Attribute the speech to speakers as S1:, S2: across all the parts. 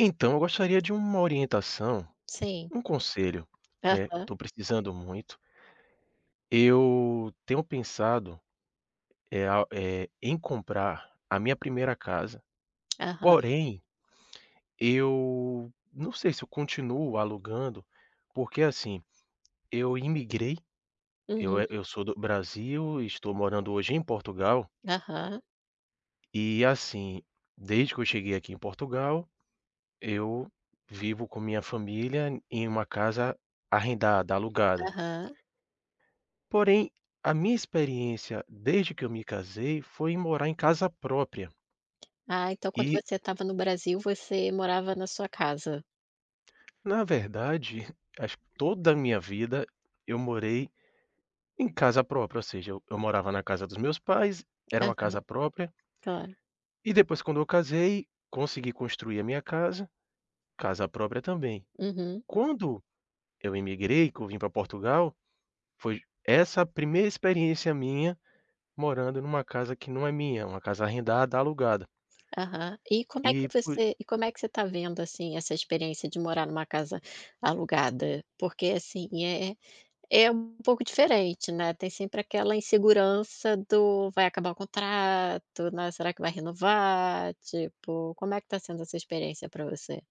S1: Então, eu gostaria de uma orientação,
S2: Sim.
S1: um conselho, né,
S2: Aham,
S1: estou precisando muito. Eu tenho pensado, em comprar a minha primeira casa,
S2: aham.
S1: porém, eu não sei se eu continuo alugando, porque, assim, eu imigrei, eu
S2: Uhum.
S1: eh, eu sou do Brasil, estou morando hoje em Portugal,
S2: Aham,
S1: e, assim, desde que eu cheguei aqui em Portugal, eu vivo com minha família em uma casa arrendada, alugada.
S2: aham.
S1: Porém, a minha experiência desde que eu me casei foi em morar em casa própria.
S2: Ah, então quando
S1: E,
S2: você estava no Brasil, você morava na sua casa.
S1: na verdade, acho que toda a minha vida eu morei em casa própria, ou seja, eu morava na casa dos meus pais, era uma
S2: Aham,
S1: casa própria,
S2: claro.
S1: e depois quando eu casei, consegui construir a minha casa, casa própria também.
S2: Uhum,
S1: Quando eu emigrei que eu vim para Portugal, foi essa a primeira experiência minha morando numa casa que não é minha, uma casa arrendada, alugada.
S2: aham. E como é que
S1: E por
S2: você e como é que você está vendo, assim, essa experiência de morar numa casa alugada? Porque, assim, é um pouco diferente, né, tem sempre aquela insegurança do: "Vai acabar o contrato, né, será que vai renovar?" Tipo, como é que está sendo essa experiência para você?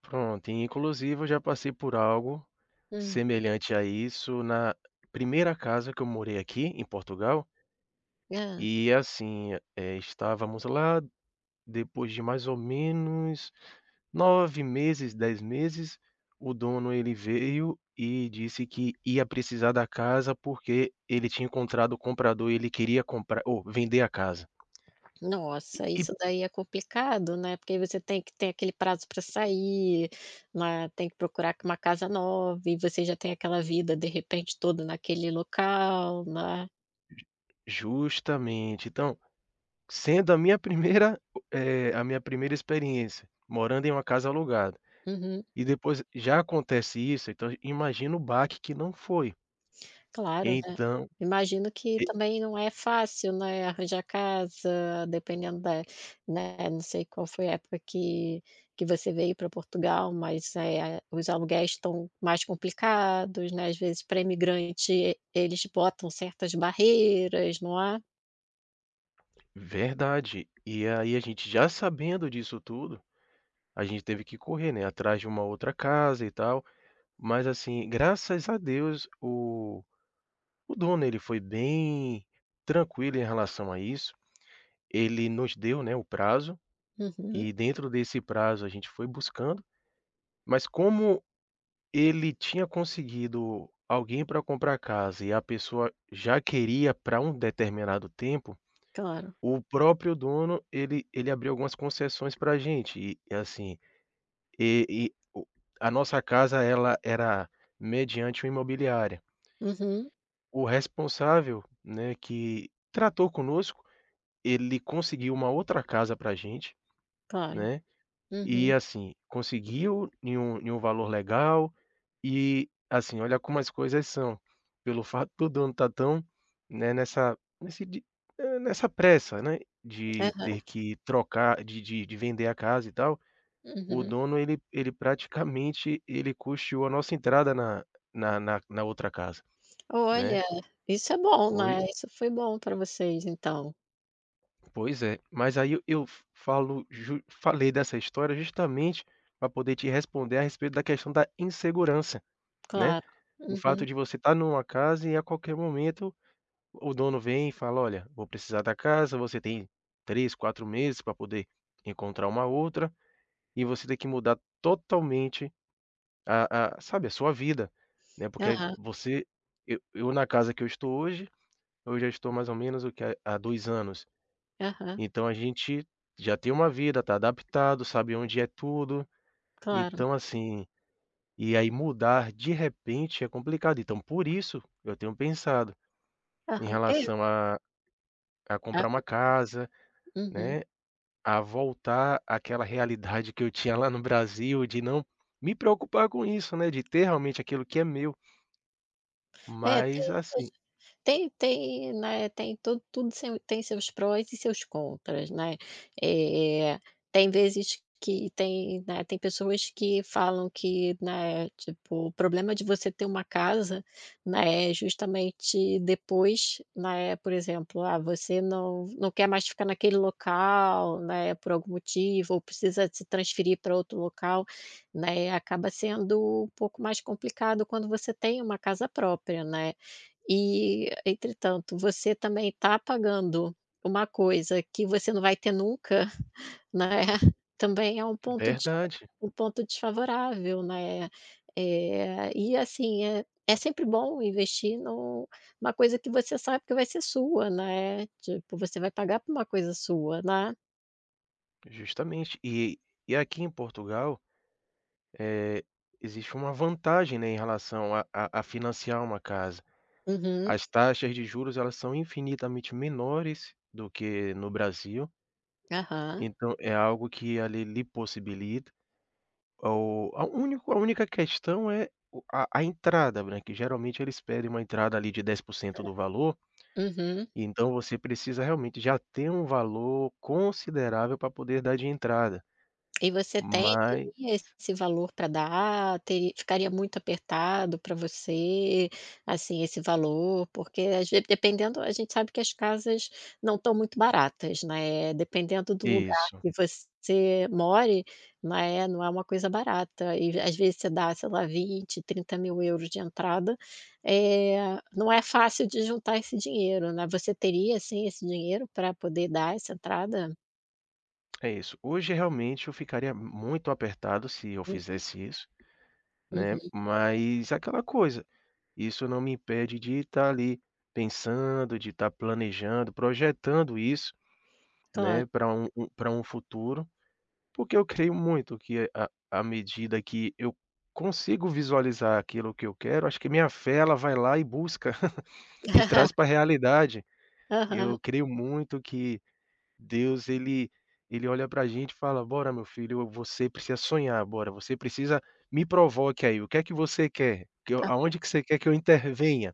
S1: Pronto, e inclusive eu já passei por algo
S2: Hum.
S1: semelhante a isso na primeira casa que eu morei aqui em Portugal, e assim, estávamos lá. Depois de mais ou menos 9 meses, 10 meses, o dono ele veio e disse que ia precisar da casa, porque ele tinha encontrado o comprador e ele queria comprar ou vender a casa.
S2: Nossa,
S1: E
S2: isso daí é complicado, né, porque aí você tem que ter aquele prazo para sair, né, tem que procurar uma casa nova e você já tem aquela vida, de repente, toda naquele local, né.
S1: justamente, então, sendo a minha primeira experiência morando em uma casa alugada.
S2: Uhum.
S1: E depois já acontece isso, então imagina o baque que não foi.
S2: Claro, né.
S1: Então,
S2: Imagino que
S1: e
S2: também não é fácil, né, arranjar casa, dependendo da, né, não sei qual foi a época que você veio para Portugal, mas, os aluguéis estão mais complicados, né, às vezes para imigrante eles botam certas barreiras, não é?
S1: verdade. E aí a gente já sabendo disso tudo, a gente teve que correr, né, atrás de uma outra casa e tal, mas assim, graças a Deus o dono ele foi bem tranquilo em relação a isso. Ele nos deu, né, o prazo,
S2: Uhum,
S1: e dentro desse prazo a gente foi buscando, mas como ele tinha conseguido alguém para comprar a casa e a pessoa já queria para um determinado tempo,
S2: claro.
S1: o próprio dono, ele abriu algumas concessões para gente e assim, e o a nossa casa ela era mediante uma imobiliária.
S2: Uhum,
S1: O responsável, né, que tratou conosco, ele conseguiu uma outra casa para gente,
S2: claro.
S1: né. E
S2: Uhum,
S1: assim, conseguiu em um valor legal e, assim, olha como as coisas são, pelo fato do dono estar tão, né, nessa pressa, né, de
S2: aham,
S1: ter que trocar de vender a casa e tal, o
S2: uhum.
S1: dono ele praticamente ele custeou a nossa entrada na outra casa, né.
S2: Olha, isso é bom,
S1: pois
S2: né, isso foi bom para vocês então.
S1: pois é, mas aí eu falo ju falei dessa história justamente para poder te responder a respeito da questão da insegurança, né.
S2: Claro.
S1: O fato
S2: Uhum.
S1: de você estar numa casa e a qualquer momento o dono vem e fala: "Olha, vou precisar da casa, você tem 3, 4 meses para poder encontrar uma outra", e você tem que mudar totalmente a sabe, a sua vida, né, porque
S2: Aham,
S1: você eu na casa que eu estou hoje, eu já estou mais ou menos o quê? Há 2 anos.
S2: aham,
S1: Então a gente já tem uma vida, tá, adaptado, sabe onde é tudo,
S2: claro.
S1: então assim, e aí mudar de repente é complicado, então por isso eu tenho pensado em
S2: Aham. É.
S1: relação a
S2: Ah,
S1: comprar uma casa,
S2: uhum.
S1: né, a voltar àquela realidade que eu tinha lá no Brasil, de não me preocupar com isso, né, de ter realmente aquilo que é meu,
S2: É,
S1: mas
S2: tem essa.
S1: assim
S2: Tem, né, tem tudo seu, tem seus prós e seus contras, né. Eh, tem vezes que tem, né, tem pessoas que falam que, né, tipo, o problema de você ter uma casa, né, é justamente depois, né, por exemplo, ah, você não quer mais ficar naquele local, né, por algum motivo ou precisa se transferir para outro local, né, acaba sendo um pouco mais complicado quando você tem uma casa própria, né. E, entretanto, você também está pagando uma coisa que você não vai ter nunca, né, também é um ponto de
S1: verdade,
S2: um ponto desfavorável, né. Eh, e assim, é sempre bom investir no, uma coisa que você sabe que vai ser sua, né, tipo, você vai pagar por uma coisa sua, né.
S1: justamente. E aqui em Portugal, eh, existe uma vantagem, né, em relação a financiar uma casa.
S2: Uhum.
S1: As taxas de juros, elas são infinitamente menores do que no Brasil,
S2: Aham.
S1: então é algo que ali lhe possibilita. O a único a única questão é o a entrada, né, que geralmente eles pedem uma entrada ali de 10% do valor,
S2: Uhum.
S1: e então você precisa realmente já ter um valor considerável para poder dar de entrada,
S2: E você tem
S1: mas
S2: teria esse valor para dar? Teri Ficaria muito apertado para você, assim, esse valor? Porque às ve dependendo, a gente sabe que as casas não estão muito baratas, né, dependendo do lugar
S1: isso,
S2: que você more, né, não é uma coisa barata e às vezes você dá, sei lá, vinte, trinta mil euros de entrada, eh, não é fácil de juntar esse dinheiro, né. Você teria, assim, esse dinheiro para poder dar essa entrada?
S1: é isso. Hoje realmente eu ficaria muito apertado se eu fizesse isso, né,
S2: Uhum,
S1: mas é aquela coisa, isso não me impede de estar ali pensando, de estar planejando, projetando isso,
S2: claro.
S1: né, para um pra um futuro. Porque eu creio muito que é a à medida que eu consigo visualizar aquilo que eu quero, acho que minha fé ela vai lá e busca e traz para a realidade.
S2: Aham,
S1: Eu creio muito que Deus ele olha para a gente e fala: "Bora, meu filho, você precisa sonhar, bora, você precisa me provoque aí, o que é que você quer? Que eu
S2: a
S1: aonde que você quer que eu intervenha?",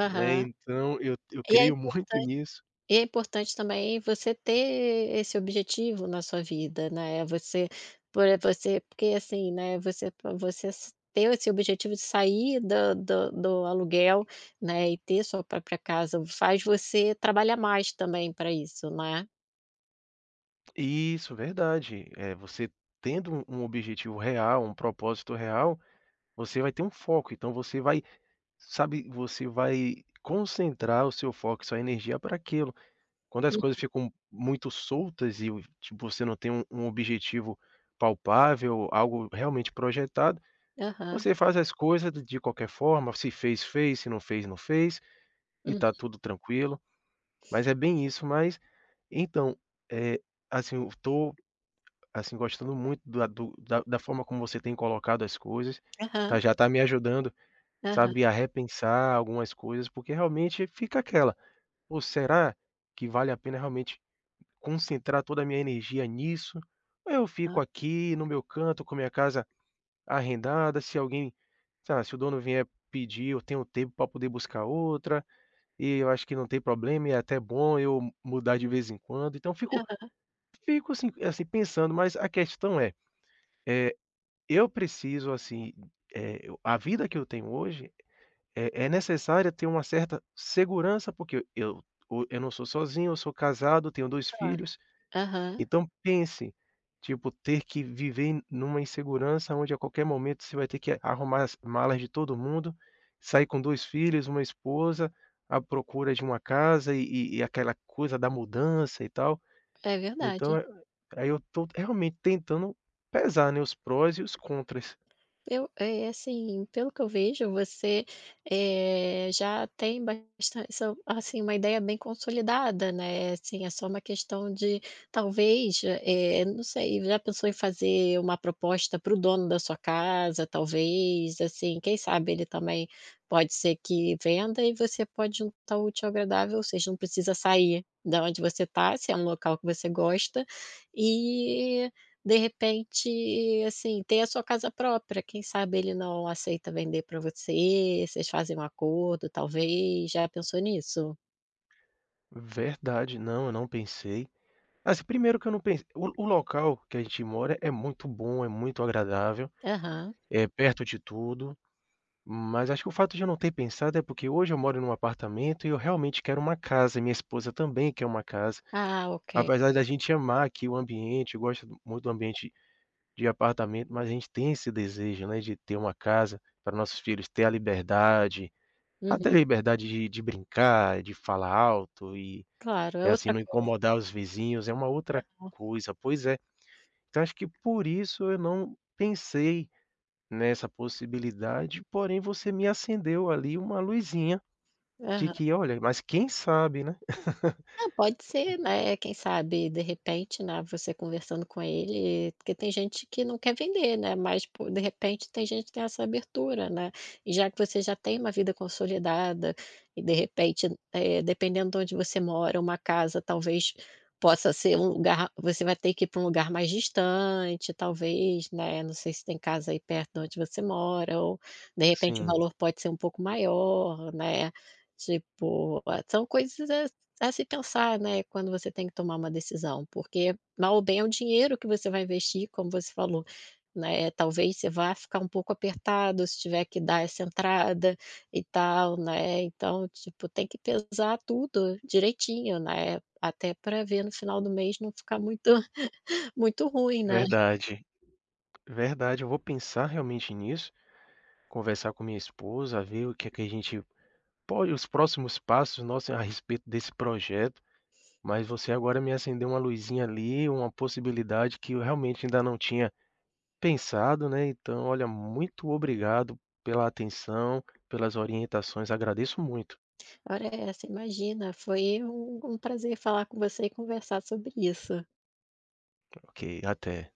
S1: né, então eu
S2: E é
S1: creio muito
S2: importante,
S1: nisso.
S2: e é importante também você ter esse objetivo na sua vida, né, você, por você, porque assim, né, você, pra você s ter esse objetivo de sair da, do do aluguel, né, e ter sua própria casa, faz você trabalhar mais também pra isso, né.
S1: Isso, verdade. É você tendo um objetivo real, um propósito real. Você vai ter um foco, então você vai, sabe, você vai concentrar o seu foco, sua energia para aquilo. Quando as
S2: Hum,
S1: coisas ficam muito soltas e o tipo, você não tem um objetivo palpável, algo realmente projetado,
S2: aham,
S1: você faz as coisas de qualquer forma, se fez, fez, se não fez, não fez, e
S2: hum,
S1: está tudo tranquilo. Mas é bem isso, mas então, eh, assim, eu tô assim, gostando muito da do da da forma como você tem colocado as coisas, tá,
S2: aham,
S1: já está me ajudando,
S2: aham,
S1: sabe, a repensar algumas coisas, porque realmente fica aquela: ou será que vale a pena realmente concentrar toda a minha energia nisso? Ou eu
S2: ah,
S1: fico aqui no meu canto com a minha casa arrendada, se alguém, sei lá, se o dono vier pedir, eu tenho tempo para poder buscar outra, e eu acho que não tem problema e é até bom eu mudar de vez em quando". Então fico assim pensando, mas a questão é, eu preciso assim, eu a vida que eu tenho hoje é necessária ter uma certa segurança, porque eu não sou sozinho, eu sou casado, tenho dois
S2: claro.
S1: filhos.
S2: Aham,
S1: Então pense, tipo, ter que viver numa insegurança onde a qualquer momento você vai ter que arrumar as malas de todo mundo, sair com 2 filhos, uma esposa, à procura de uma casa e aquela coisa da mudança e tal.
S2: é verdade.
S1: Então, aí eu tô realmente tentando pesar, né, os prós e os contras.
S2: Eu, é assim, pelo que eu vejo, você, já tem bastante, assim, uma ideia bem consolidada, né, assim, é só uma questão de talvez, não sei, já pensou em fazer uma proposta para o dono da sua casa, talvez, assim, quem sabe ele também pode ser que venda e você pode juntar o útil ao agradável, ou seja, não precisa sair da onde você está, se é um local que você gosta, e de repente, assim, ter a sua casa própria, quem sabe ele não aceita vender para você, vocês fazem um acordo talvez, já pensou nisso?
S1: Verdade, não, eu não pensei. Assim, primeiro que eu não pensei, o local que a gente mora é muito bom, é muito agradável,
S2: Aham.
S1: é perto de tudo, mas acho que o fato de eu não ter pensado é porque hoje eu moro num apartamento e eu realmente quero uma casa, e minha esposa também quer uma casa.
S2: Ah, ok.
S1: Apesar da gente amar aqui o ambiente, gosta muito do ambiente de apartamento, mas a gente tem esse desejo, né, de ter uma casa para nossos filhos ter a liberdade, até a
S2: Uhum.
S1: liberdade de brincar, de falar alto e,
S2: Claro, é
S1: assim,
S2: outra
S1: não
S2: coisa,
S1: incomodar os vizinhos, é uma outra coisa. Pois é. Então acho que por isso eu não pensei nessa possibilidade, porém você me acendeu ali uma luzinha de
S2: né.
S1: que: "Olha, mas quem sabe, né?"
S2: Ah, pode ser, né, quem sabe, de repente, né, você conversando com ele porque tem gente que não quer vender, né, mas po de repente tem gente que tem essa abertura, né, e já que você já tem uma vida consolidada e de repente, dependendo de onde você mora, uma casa talvez possa ser um lugar, você vai ter que ir para um lugar mais distante, talvez, né, não sei se tem casa aí perto de onde você mora ou, de repente, o
S1: Sim,
S2: valor pode ser um pouco maior, né, tipo, ah, são coisas a se pensar, né, quando você tem que tomar uma decisão, porque mal ou bem é o dinheiro que você vai investir, como você falou, né, talvez você vá ficar um pouco apertado se tiver que dar essa entrada e tal, né, então, tipo, tem que pesar tudo direitinho, né, até para ver no final do mês não ficar muito muito ruim, né.
S1: verdade, verdade. Eu vou pensar realmente nisso, conversar com minha esposa, ver o que é que a gente pode, os próximos passos nossos a respeito desse projeto, mas você agora me acendeu uma luzinha ali, uma possibilidade que eu realmente ainda não tinha pensado, né, então olha, muito obrigado pela atenção, pelas orientações, agradeço muito.
S2: Ora essa, imagina, foi um prazer falar com você e conversar sobre isso.
S1: Ok, até.